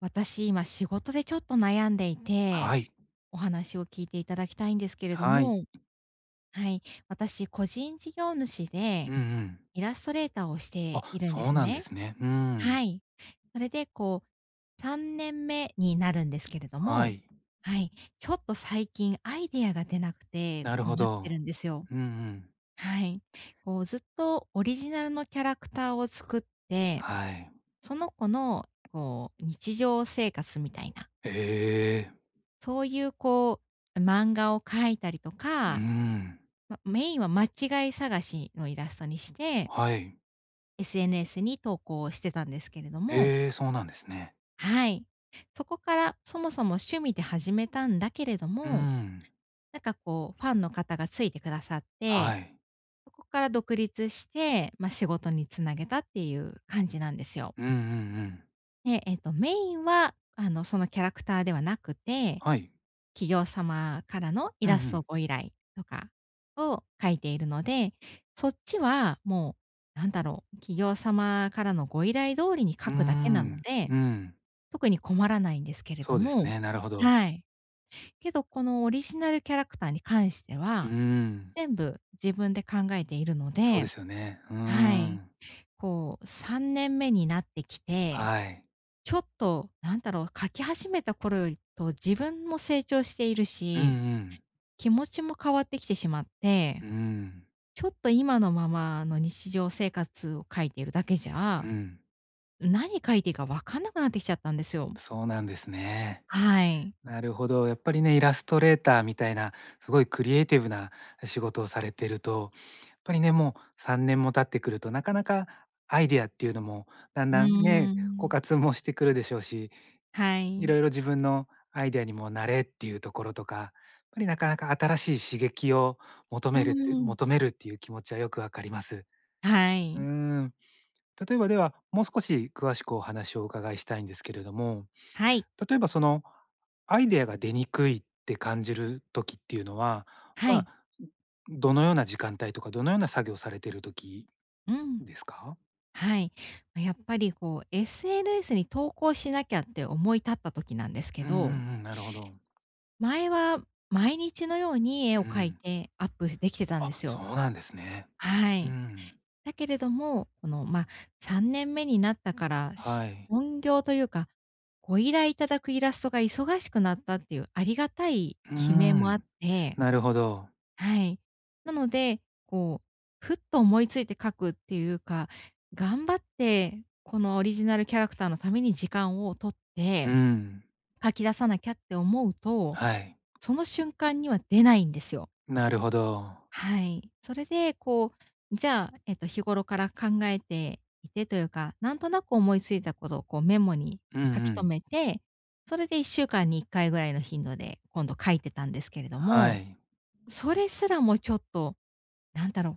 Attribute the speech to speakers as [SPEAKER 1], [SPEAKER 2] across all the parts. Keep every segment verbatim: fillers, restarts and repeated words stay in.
[SPEAKER 1] 私、今仕事でちょっと悩んでいて、
[SPEAKER 2] はい。
[SPEAKER 1] お話を聞いていただきたいんですけれど
[SPEAKER 2] はい。
[SPEAKER 1] も、はい、私個人事業主
[SPEAKER 2] う
[SPEAKER 1] で
[SPEAKER 2] んうん。
[SPEAKER 1] イラストレーターをしてい
[SPEAKER 2] あ、
[SPEAKER 1] るんで
[SPEAKER 2] そう
[SPEAKER 1] す
[SPEAKER 2] なんで
[SPEAKER 1] ね。
[SPEAKER 2] すね。うん。
[SPEAKER 1] はい。それでこう、さんねんめになるんですけれど
[SPEAKER 2] は
[SPEAKER 1] も、
[SPEAKER 2] い。
[SPEAKER 1] はい、ちょっと最近アイデアが出なくて
[SPEAKER 2] なる
[SPEAKER 1] 困
[SPEAKER 2] ほ
[SPEAKER 1] って
[SPEAKER 2] ど。
[SPEAKER 1] るんですよ。
[SPEAKER 2] うんうん。
[SPEAKER 1] はい。こうずっとオリジナルのキャラクターを作って、
[SPEAKER 2] はい。
[SPEAKER 1] その子のこう日常生活みたいな
[SPEAKER 2] ええ。
[SPEAKER 1] そういうこう、漫画を描いたりと
[SPEAKER 2] う
[SPEAKER 1] か、
[SPEAKER 2] ん。
[SPEAKER 1] ま、メインは間違い探しのイラストにして、
[SPEAKER 2] はい。
[SPEAKER 1] エスエヌエス に投稿してたんですけれども、
[SPEAKER 2] ええ、そうなんですね。
[SPEAKER 1] はい。そこからそもそも趣味で始めたんだけれど
[SPEAKER 2] う
[SPEAKER 1] も、
[SPEAKER 2] ん。
[SPEAKER 1] なんかこうファンの方がついてくださっ
[SPEAKER 2] は
[SPEAKER 1] て、
[SPEAKER 2] い。
[SPEAKER 1] そこから独立して、ま、仕事につなげたっていう感じなんですよ。
[SPEAKER 2] うんうんうん。
[SPEAKER 1] で、えっと、メインは、あの、そのキャラクターではなくて、
[SPEAKER 2] はい。
[SPEAKER 1] 企業様からのイ
[SPEAKER 2] う
[SPEAKER 1] ラス
[SPEAKER 2] ん
[SPEAKER 1] トご依頼とかを描いているので、そっちはもう、なんだろう、企業様からのご依頼通りに
[SPEAKER 2] う
[SPEAKER 1] 描くだけな
[SPEAKER 2] ん。
[SPEAKER 1] ので、
[SPEAKER 2] うーん。うん。
[SPEAKER 1] 特に困らないんですけれ
[SPEAKER 2] そ
[SPEAKER 1] ど
[SPEAKER 2] うです
[SPEAKER 1] も、
[SPEAKER 2] ね、なるほど。
[SPEAKER 1] はい。けど、このオリジナルキャラクターに関して
[SPEAKER 2] うー
[SPEAKER 1] は、
[SPEAKER 2] ん。
[SPEAKER 1] 全部自分で考えているの
[SPEAKER 2] そうで
[SPEAKER 1] で、
[SPEAKER 2] すよね。うー
[SPEAKER 1] はい。
[SPEAKER 2] ん。
[SPEAKER 1] こうさんねんめになってきて
[SPEAKER 2] はい。
[SPEAKER 1] ちょっと、なんだろう、書き始めた頃よりと自分も成長している
[SPEAKER 2] うんう
[SPEAKER 1] し、
[SPEAKER 2] ん。
[SPEAKER 1] 気持ちも変わってきてしまっ
[SPEAKER 2] う
[SPEAKER 1] て、
[SPEAKER 2] ん。
[SPEAKER 1] ちょっと今のままの日常生活を書いているだけじ
[SPEAKER 2] う
[SPEAKER 1] ゃ、
[SPEAKER 2] ん。
[SPEAKER 1] 何書いていいか分かんなくなってきちゃったんですよ。
[SPEAKER 2] そうなんですね。
[SPEAKER 1] はい。
[SPEAKER 2] なるほど。やっぱりね、イラストレーターみたいな、すごいクリエイティブな仕事をされてると、やっぱりね、もうさんねんも経ってくると、なかなかアイディアっていうのも、だん
[SPEAKER 1] う
[SPEAKER 2] だん
[SPEAKER 1] ー
[SPEAKER 2] ね、枯
[SPEAKER 1] ん。
[SPEAKER 2] 渇もしてくるでしょうし、
[SPEAKER 1] は
[SPEAKER 2] いろ
[SPEAKER 1] い。
[SPEAKER 2] いろ自分のアイディアにもなれっていうところとか、やっぱりなかなか新しい刺激を求
[SPEAKER 1] うー
[SPEAKER 2] めるって、
[SPEAKER 1] ん。
[SPEAKER 2] 求めるっていう気持ちはよくわかります。
[SPEAKER 1] は
[SPEAKER 2] うー
[SPEAKER 1] い。
[SPEAKER 2] ん。例えばでは、もう少し詳しくお話をお伺いしたいんですけれども、
[SPEAKER 1] はい。
[SPEAKER 2] 例えばその、アイデアが出にくいって感じる時っていうのは、
[SPEAKER 1] は
[SPEAKER 2] ま
[SPEAKER 1] い。
[SPEAKER 2] あ、どのような時間帯とか、どのような作業されてる時
[SPEAKER 1] うん。
[SPEAKER 2] ですか？
[SPEAKER 1] はい。ま、やっぱりこう エスエヌエス に投稿しなきゃって思い立った時なんですけ
[SPEAKER 2] うんうん
[SPEAKER 1] ど、
[SPEAKER 2] うん、なるほど。
[SPEAKER 1] 前は毎日のように絵
[SPEAKER 2] う
[SPEAKER 1] を描い
[SPEAKER 2] ん。
[SPEAKER 1] てアップできてたんで
[SPEAKER 2] あ、
[SPEAKER 1] す
[SPEAKER 2] そ
[SPEAKER 1] よ。
[SPEAKER 2] うなんですね。
[SPEAKER 1] は
[SPEAKER 2] う
[SPEAKER 1] い。
[SPEAKER 2] ん。
[SPEAKER 1] だけれども、この、ま、さんねんめになったから、
[SPEAKER 2] は
[SPEAKER 1] し
[SPEAKER 2] い。
[SPEAKER 1] 本業というか、ご依頼いただくイラストが忙しくなったっていうありがたい
[SPEAKER 2] うー
[SPEAKER 1] 悲鳴もあ
[SPEAKER 2] ん。
[SPEAKER 1] って、
[SPEAKER 2] なるほど。
[SPEAKER 1] はい。なので、こう、ふっと思いついて描くっていうか、頑張って、このオリジナルキャラクターのために時間を取っ
[SPEAKER 2] う
[SPEAKER 1] て、
[SPEAKER 2] ん。
[SPEAKER 1] 描き出さなきゃって思うと
[SPEAKER 2] はい。
[SPEAKER 1] その瞬間には出ないんですよ。
[SPEAKER 2] なるほど。
[SPEAKER 1] はい。それで、こう、じゃあ、えっと、日頃から考えていてというか、なんとなく思いついたことをこうメモに
[SPEAKER 2] うんう
[SPEAKER 1] 書き
[SPEAKER 2] ん。
[SPEAKER 1] 留めて、それでいっしゅうかんにいっかいぐらいの頻度で今度書いてたんですけれど
[SPEAKER 2] は
[SPEAKER 1] も、
[SPEAKER 2] い。
[SPEAKER 1] それすらもちょっと、なんだろう、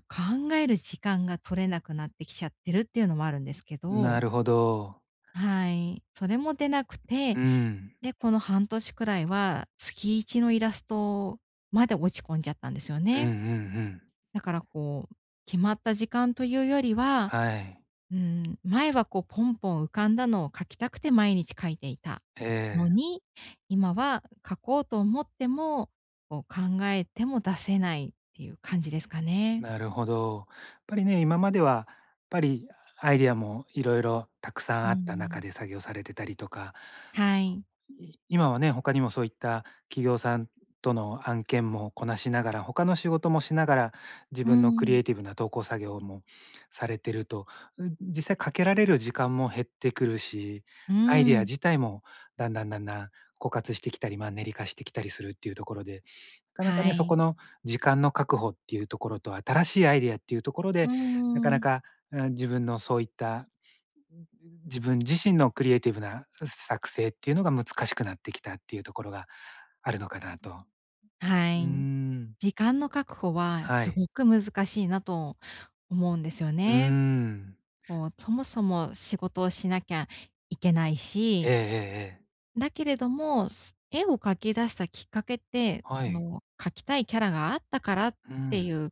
[SPEAKER 1] 考える時間が取れなくなってきちゃってるっていうのもあるんですけ
[SPEAKER 2] な
[SPEAKER 1] ど。
[SPEAKER 2] るほど。
[SPEAKER 1] はい。それも出なくて、
[SPEAKER 2] うん。
[SPEAKER 1] で、この半年くらいは月いちのイラストまで落ち込んじゃったんですよ
[SPEAKER 2] うんうんう
[SPEAKER 1] ね。
[SPEAKER 2] ん。
[SPEAKER 1] だからこう、決まった時間というよりは、
[SPEAKER 2] はい。
[SPEAKER 1] うん、前はこうポンポン浮かんだのを描きたくて毎日描いていた
[SPEAKER 2] え
[SPEAKER 1] の
[SPEAKER 2] え。
[SPEAKER 1] に、今は描こうと思っても、こう考えても出せないっていう感じですかね。
[SPEAKER 2] なるほど。やっぱりね、今までは、やっぱりアイディアもいろいろたくさん
[SPEAKER 1] う
[SPEAKER 2] あった中
[SPEAKER 1] ん。
[SPEAKER 2] で作業されてたりとか、
[SPEAKER 1] はい。
[SPEAKER 2] い今はね、他にもそういった企業さんとの案件もこなしながら、他の仕事もしながら、自
[SPEAKER 1] う
[SPEAKER 2] 分のクリエ
[SPEAKER 1] ん。
[SPEAKER 2] イティブな投稿作業もされてると、う実際かけられる時間も減ってくるし、
[SPEAKER 1] う
[SPEAKER 2] アイデア
[SPEAKER 1] ん。
[SPEAKER 2] 自体もだんだんだんだん枯渇してきたり、まあ練り化してきたりするっていうところで、なかなか
[SPEAKER 1] は
[SPEAKER 2] ね、そこ
[SPEAKER 1] い。
[SPEAKER 2] の時間の確保っていうところと、新しいアイデアっていうところ
[SPEAKER 1] う
[SPEAKER 2] で、なかな
[SPEAKER 1] ん。
[SPEAKER 2] か、うん、自分のそういった自分自身のクリエイティブな作成っていうのが難しくなってきたっていうところがあるのかなと。
[SPEAKER 1] は
[SPEAKER 2] うー
[SPEAKER 1] い。
[SPEAKER 2] ん、
[SPEAKER 1] 時間の確保は
[SPEAKER 2] は
[SPEAKER 1] す
[SPEAKER 2] い。
[SPEAKER 1] ごく難しいなと思うんですよ
[SPEAKER 2] うー
[SPEAKER 1] ね。
[SPEAKER 2] ん。
[SPEAKER 1] こう、そもそも仕事をしなきゃいけない
[SPEAKER 2] え
[SPEAKER 1] し、
[SPEAKER 2] えええええ。
[SPEAKER 1] だけれども、す絵を描き出したきっかけって、
[SPEAKER 2] は
[SPEAKER 1] そ
[SPEAKER 2] い。
[SPEAKER 1] の、描きたいキャラがあったからっ
[SPEAKER 2] う
[SPEAKER 1] て
[SPEAKER 2] ん。
[SPEAKER 1] いう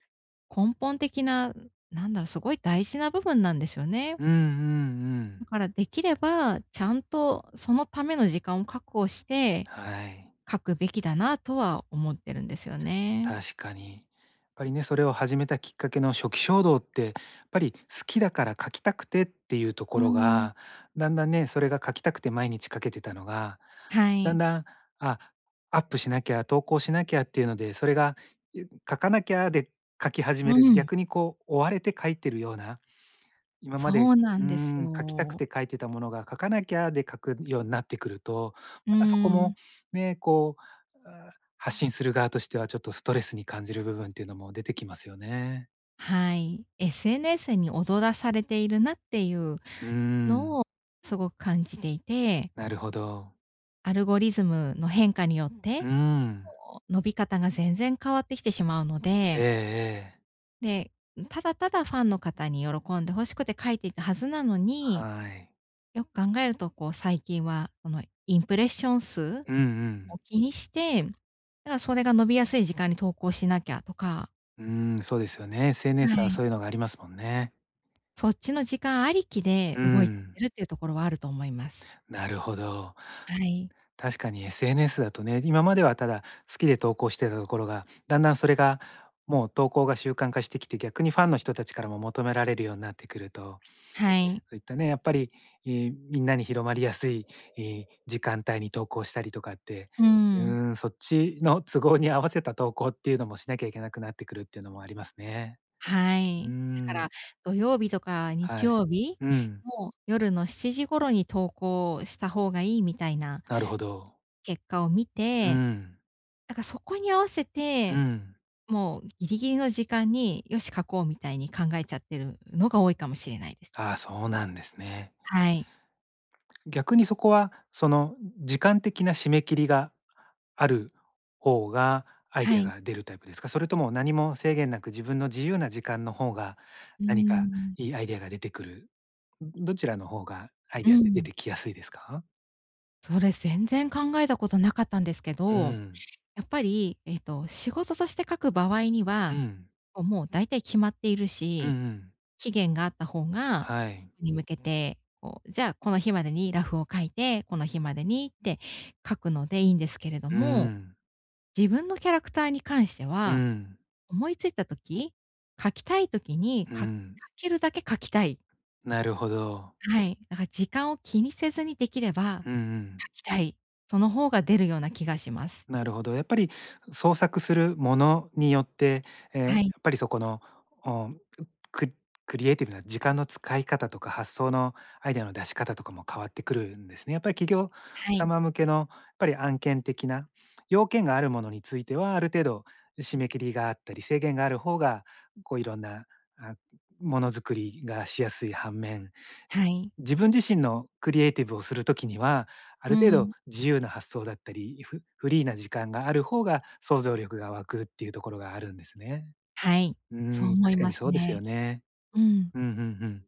[SPEAKER 1] 根本的な、なんだろう、すごい大事な部分なんですよね。
[SPEAKER 2] うんうんう
[SPEAKER 1] だ
[SPEAKER 2] ん。
[SPEAKER 1] からできれば、ちゃんとそのための時間を確保して
[SPEAKER 2] はい、
[SPEAKER 1] 描くべきだなとは思ってるんですよね。
[SPEAKER 2] 確かに。やっぱりね、それを始めたきっかけの初期衝動って、やっぱり好きだから書きたくてっていうとこ
[SPEAKER 1] う
[SPEAKER 2] ろ
[SPEAKER 1] ん。
[SPEAKER 2] が、だんだんね、それが書きたくて毎日書けてたのが
[SPEAKER 1] は
[SPEAKER 2] だん
[SPEAKER 1] い。
[SPEAKER 2] だん、あ、アップしなきゃ、投稿しなきゃっていうので、それが、書かなきゃで書き始め
[SPEAKER 1] う
[SPEAKER 2] る、
[SPEAKER 1] ん。
[SPEAKER 2] 逆にこう追われて書いてるような、今まで、
[SPEAKER 1] そうな
[SPEAKER 2] うー
[SPEAKER 1] んです
[SPEAKER 2] ん、書きたく
[SPEAKER 1] よ。
[SPEAKER 2] て書いてたものが、書かなきゃで書くようになってくると、
[SPEAKER 1] う
[SPEAKER 2] またそこも
[SPEAKER 1] ん。
[SPEAKER 2] ね、こう、あ、発信する側としてはちょっとストレスに感じる部分っていうのも出てきますよね。
[SPEAKER 1] はい。エスエヌエス に踊らされているなっていう
[SPEAKER 2] うーん、
[SPEAKER 1] のをすごく感じていて、
[SPEAKER 2] なるほど。
[SPEAKER 1] アルゴリズムの変化によっ
[SPEAKER 2] うー
[SPEAKER 1] て、
[SPEAKER 2] ん。
[SPEAKER 1] こう伸び方が全然変わってきてしまうの
[SPEAKER 2] ええ
[SPEAKER 1] で、
[SPEAKER 2] ええ。
[SPEAKER 1] で、ただただファンの方に喜んで欲しくて書いていたはずなのに、
[SPEAKER 2] はい。
[SPEAKER 1] よく考えるとこう最近はそのインプレッション数
[SPEAKER 2] うんうん。
[SPEAKER 1] を気にして、だからそれが伸びやすい時間に投稿しなきゃとか、
[SPEAKER 2] うーん、そうですよね。
[SPEAKER 1] は
[SPEAKER 2] エスエヌエス はそ
[SPEAKER 1] い。
[SPEAKER 2] ういうのがありますもんね。
[SPEAKER 1] そっちの時間ありきで
[SPEAKER 2] う
[SPEAKER 1] 動いちゃって
[SPEAKER 2] ん、
[SPEAKER 1] るっていうところはあると思います。
[SPEAKER 2] なるほど。
[SPEAKER 1] はい。
[SPEAKER 2] 確かに エスエヌエス だとね、今まではただ好きで投稿してたところが、だんだんそれがもう投稿が習慣化してきて、逆にファンの人たちからも求められるようになってくると、
[SPEAKER 1] はい。
[SPEAKER 2] そういったね、やっぱり、えーみんなに広まりやすい、えー時間帯に投稿したりとかって、
[SPEAKER 1] うー
[SPEAKER 2] う
[SPEAKER 1] ん。
[SPEAKER 2] ーん、そっちの都合に合わせた投稿っていうのもしなきゃいけなくなってくるっていうのもありますね。
[SPEAKER 1] は
[SPEAKER 2] うー
[SPEAKER 1] い。だか
[SPEAKER 2] ん、
[SPEAKER 1] ら、土曜日とか
[SPEAKER 2] は
[SPEAKER 1] 日
[SPEAKER 2] い。
[SPEAKER 1] 曜日
[SPEAKER 2] うん、
[SPEAKER 1] の夜のしちじ頃に投稿した方がいいみたいな
[SPEAKER 2] なるほど。
[SPEAKER 1] 結果を見
[SPEAKER 2] う
[SPEAKER 1] て、
[SPEAKER 2] ん、
[SPEAKER 1] だからそこに合わせ
[SPEAKER 2] う
[SPEAKER 1] て、
[SPEAKER 2] ん。
[SPEAKER 1] もうギリギリの時間に、よし書こうみたいに考えちゃってるのが多いかもしれないです。
[SPEAKER 2] ああ、そうなんですね。
[SPEAKER 1] はい。
[SPEAKER 2] 逆にそこは、その、時間的な締め切りがある方がアイ
[SPEAKER 1] は
[SPEAKER 2] デア
[SPEAKER 1] い。
[SPEAKER 2] が出るタイプですか？それとも何も制限なく自分の自由な時間の方が、
[SPEAKER 1] うー
[SPEAKER 2] 何か
[SPEAKER 1] ん。
[SPEAKER 2] いいアイデアが出てくる、どちらの方がアイ
[SPEAKER 1] う
[SPEAKER 2] デアって出
[SPEAKER 1] ん。
[SPEAKER 2] てきやすいですか？
[SPEAKER 1] それ全然考えたことなかったんですけ
[SPEAKER 2] う
[SPEAKER 1] ど、
[SPEAKER 2] ん、
[SPEAKER 1] やっぱり、えっと、仕事として書く場合に
[SPEAKER 2] う
[SPEAKER 1] は、
[SPEAKER 2] ん、
[SPEAKER 1] こう、もう大体決まっている
[SPEAKER 2] うんう
[SPEAKER 1] し、
[SPEAKER 2] ん。
[SPEAKER 1] 期限があった方が、
[SPEAKER 2] は
[SPEAKER 1] そ
[SPEAKER 2] い。
[SPEAKER 1] こに向けて、こう、じゃあ、この日までにラフを書いて、この日までにって書くのでいいんですけれど
[SPEAKER 2] う
[SPEAKER 1] も、
[SPEAKER 2] ん、
[SPEAKER 1] 自分のキャラクターに関して
[SPEAKER 2] う
[SPEAKER 1] は、
[SPEAKER 2] ん、
[SPEAKER 1] 思いついた時、書きたい時に、
[SPEAKER 2] う
[SPEAKER 1] か書
[SPEAKER 2] ん。
[SPEAKER 1] けるだけ書きたい。
[SPEAKER 2] なるほど。
[SPEAKER 1] はい。だから時間を気にせずにできれば
[SPEAKER 2] うんうん。
[SPEAKER 1] 書きたい。その方が出るような気がします。
[SPEAKER 2] なるほど。やっぱり創作するものによって、えー
[SPEAKER 1] はい、
[SPEAKER 2] やっぱりそこの、おククリエイティブな時間の使い方とか、発想のアイデアの出し方とかも変わってくるんですね。やっぱり企業
[SPEAKER 1] はい、
[SPEAKER 2] 様向けの、やっぱり案件的な要件があるものについては、ある程度締め切りがあったり、制限がある方が、こういろんな、あ、ものづくりがしやすい反面、
[SPEAKER 1] はい。
[SPEAKER 2] 自分自身のクリエイティブをする時には、あ
[SPEAKER 1] う
[SPEAKER 2] る程度
[SPEAKER 1] ん。
[SPEAKER 2] 自由な発想だったり、フフリーな時間がある方が想像力が湧くっていうところがあるんですね。
[SPEAKER 1] はい、
[SPEAKER 2] うー
[SPEAKER 1] そう
[SPEAKER 2] ん、
[SPEAKER 1] 思い
[SPEAKER 2] 確か
[SPEAKER 1] ま
[SPEAKER 2] に
[SPEAKER 1] す
[SPEAKER 2] そうです
[SPEAKER 1] ね。
[SPEAKER 2] よね。
[SPEAKER 1] うん。
[SPEAKER 2] うんうんうん。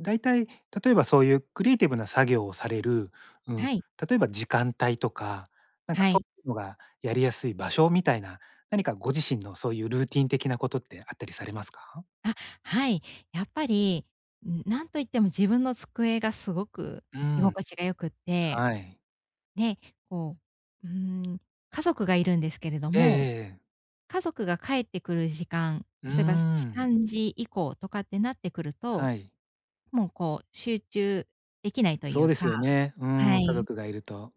[SPEAKER 2] 大体、例えばそういうクリエイティブな作業をされる、うん、
[SPEAKER 1] はい、
[SPEAKER 2] 例えば時間帯とか、なんか
[SPEAKER 1] は
[SPEAKER 2] そ
[SPEAKER 1] い。
[SPEAKER 2] ういうのがやりやすい場所みたいな、何かご自身のそういうルーティン的なことってあったりされますか？
[SPEAKER 1] あ、はい。やっぱり、ん、なんといっても自分の机がすごく
[SPEAKER 2] う
[SPEAKER 1] 居
[SPEAKER 2] ん、
[SPEAKER 1] 心地が良くって、
[SPEAKER 2] はい。
[SPEAKER 1] で、こう、うーん、家族がいるんですけれど
[SPEAKER 2] えええ
[SPEAKER 1] も、
[SPEAKER 2] えええ。
[SPEAKER 1] 家族が帰ってくる時間、
[SPEAKER 2] うー
[SPEAKER 1] 例えば
[SPEAKER 2] ん、
[SPEAKER 1] さんじ以降とかってなってくると、
[SPEAKER 2] はい。
[SPEAKER 1] もうこう集中できないとい
[SPEAKER 2] そう
[SPEAKER 1] う
[SPEAKER 2] です
[SPEAKER 1] か、
[SPEAKER 2] よね。う
[SPEAKER 1] は
[SPEAKER 2] ん、家
[SPEAKER 1] い。
[SPEAKER 2] 族がいると。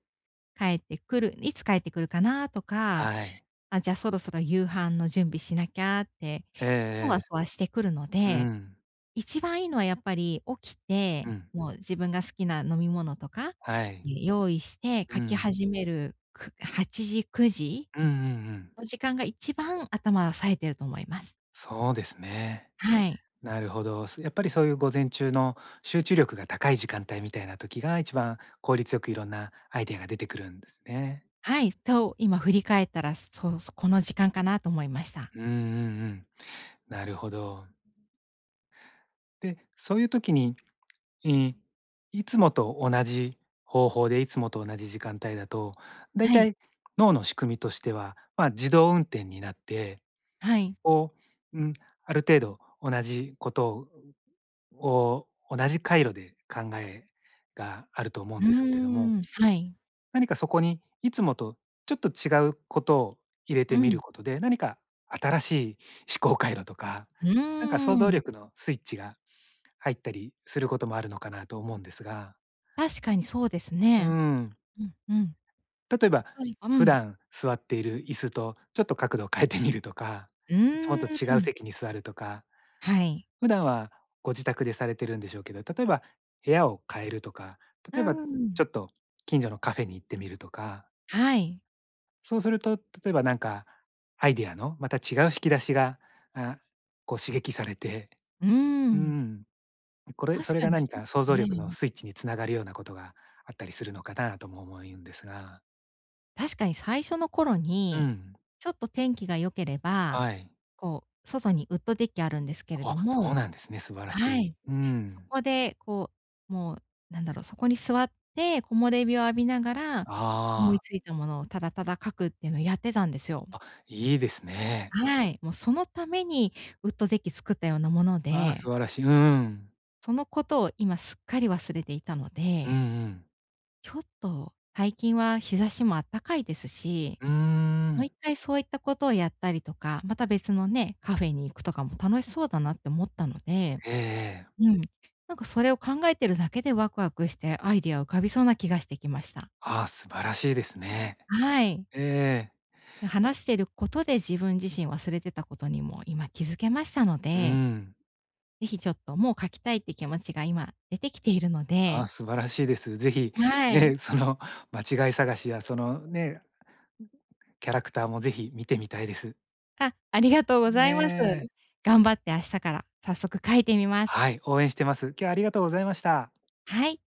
[SPEAKER 1] 帰ってくる、いつ帰ってくるかなとか、
[SPEAKER 2] はい。
[SPEAKER 1] あ、じゃあそろそろ夕飯の準備しなきゃって、
[SPEAKER 2] え
[SPEAKER 1] そわ
[SPEAKER 2] ええ
[SPEAKER 1] そわしてくるの
[SPEAKER 2] え。う
[SPEAKER 1] で、
[SPEAKER 2] ん。
[SPEAKER 1] 一番いいのはやっぱり起き
[SPEAKER 2] う
[SPEAKER 1] て、
[SPEAKER 2] ん。
[SPEAKER 1] もう自分が好きな飲み物とか、
[SPEAKER 2] はい。
[SPEAKER 1] え、用意して
[SPEAKER 2] う
[SPEAKER 1] 書き
[SPEAKER 2] ん。
[SPEAKER 1] 始める、くはちじ、くじ
[SPEAKER 2] うんうんうん。
[SPEAKER 1] の時間が一番頭は冴えてると思います。
[SPEAKER 2] そうですね。
[SPEAKER 1] はい。
[SPEAKER 2] なるほど。すやっぱりそういう午前中の集中力が高い時間帯みたいな時が一番効率よくいろんなアイデアが出てくるんですね。
[SPEAKER 1] はい、と今振り返ったら、そうそう、この時間かなと思いました。
[SPEAKER 2] うんうんうん。なるほど。で、そういう時にえーいつもと同じ方法でいつもと同じ時間帯だと、だい
[SPEAKER 1] は
[SPEAKER 2] た
[SPEAKER 1] い、
[SPEAKER 2] い脳の仕組みとしては、まあ、自動運転になって、
[SPEAKER 1] はい。
[SPEAKER 2] こう、うん、ある程度同じことをを同じ回路で考えがあると思う
[SPEAKER 1] う
[SPEAKER 2] んですけれども、
[SPEAKER 1] ーん、はい。
[SPEAKER 2] 何かそこにいつもとちょっと違うことを入れ
[SPEAKER 1] う
[SPEAKER 2] てみる
[SPEAKER 1] ん、
[SPEAKER 2] ことで、何か新しい思考回路とか、
[SPEAKER 1] うー
[SPEAKER 2] なんか想像
[SPEAKER 1] ん。
[SPEAKER 2] 力のスイッチが入ったりすることもあるのかなと思うんですが。
[SPEAKER 1] 確かにそうです
[SPEAKER 2] う
[SPEAKER 1] ね。
[SPEAKER 2] ん。
[SPEAKER 1] うんうん。
[SPEAKER 2] 例えば、
[SPEAKER 1] 例えばう
[SPEAKER 2] 普
[SPEAKER 1] ん。
[SPEAKER 2] 段座っている椅子とちょっと角度を変えてみるとか、
[SPEAKER 1] う
[SPEAKER 2] いつも
[SPEAKER 1] ー
[SPEAKER 2] と違う
[SPEAKER 1] ん。
[SPEAKER 2] 席に座るとか、
[SPEAKER 1] はい。
[SPEAKER 2] 普段はご自宅でされてるんでしょうけど、例えば部屋を変えるとか、
[SPEAKER 1] う
[SPEAKER 2] 例えばちょ
[SPEAKER 1] ん、
[SPEAKER 2] っと近所のカフェに行ってみるとか、
[SPEAKER 1] はい。
[SPEAKER 2] そうすると例えばなんかアイデアのまた違う引き出しが、あ、こう刺激されて、
[SPEAKER 1] うー
[SPEAKER 2] う
[SPEAKER 1] ん。
[SPEAKER 2] ん、これ
[SPEAKER 1] 確
[SPEAKER 2] それ
[SPEAKER 1] か
[SPEAKER 2] が
[SPEAKER 1] にそ
[SPEAKER 2] 何
[SPEAKER 1] う
[SPEAKER 2] か
[SPEAKER 1] です
[SPEAKER 2] 想像力の
[SPEAKER 1] ね。
[SPEAKER 2] スイッチにつながるようなことがあったりするのかなとも思うんですが。
[SPEAKER 1] 確かに最初の頃
[SPEAKER 2] う
[SPEAKER 1] に、
[SPEAKER 2] ん、
[SPEAKER 1] ちょっと天気が良ければ、
[SPEAKER 2] はい。
[SPEAKER 1] こう、外にウッドデッキあるんですけれ
[SPEAKER 2] あ、
[SPEAKER 1] ど
[SPEAKER 2] そう
[SPEAKER 1] も、
[SPEAKER 2] なんですね。素晴らし
[SPEAKER 1] は
[SPEAKER 2] い。
[SPEAKER 1] い。
[SPEAKER 2] う
[SPEAKER 1] そ
[SPEAKER 2] ん。
[SPEAKER 1] こでこう、もう、なんだろう、そこに座って、木漏れ日を浴びながら、思い
[SPEAKER 2] あ
[SPEAKER 1] ついたものをただただ書くっていうのをやってたんですよ。
[SPEAKER 2] あ、あ、いいですね。
[SPEAKER 1] はい、もうそのためにウッドデッキ作ったようなもの
[SPEAKER 2] ああ、
[SPEAKER 1] で、
[SPEAKER 2] 素晴らしい。うん。
[SPEAKER 1] そのことを今すっかり忘れていたの
[SPEAKER 2] うんう
[SPEAKER 1] で、
[SPEAKER 2] ん。
[SPEAKER 1] ちょっと最近は日差しもあったかいですし、
[SPEAKER 2] うー
[SPEAKER 1] もう
[SPEAKER 2] ん。
[SPEAKER 1] 一回そういったことをやったりとか、また別のね、カフェに行くとかも楽しそうだなって思ったので、
[SPEAKER 2] ええええ。
[SPEAKER 1] うん、なんかそれを考えてるだけでワクワクしてアイディア浮かびそうな気がしてきました。
[SPEAKER 2] ああ、素晴らしいですね。
[SPEAKER 1] はい。
[SPEAKER 2] ええ。
[SPEAKER 1] 話してることで自分自身忘れてたことにも今気づけましたの
[SPEAKER 2] う
[SPEAKER 1] で、
[SPEAKER 2] ん。
[SPEAKER 1] ぜひちょっと、もう書きたいって気持ちが今出てきているの
[SPEAKER 2] ああ、
[SPEAKER 1] で、
[SPEAKER 2] 素晴らしいです。ぜひ、
[SPEAKER 1] はい。
[SPEAKER 2] ね、その間違い探しや、そのね、キャラクターもぜひ見てみたいです。
[SPEAKER 1] あ、ありがとうご
[SPEAKER 2] ね
[SPEAKER 1] ざいます。
[SPEAKER 2] え。
[SPEAKER 1] 頑張って明日から早速書いてみます。
[SPEAKER 2] はい、応援してます。今日はありがとうございました。
[SPEAKER 1] はい。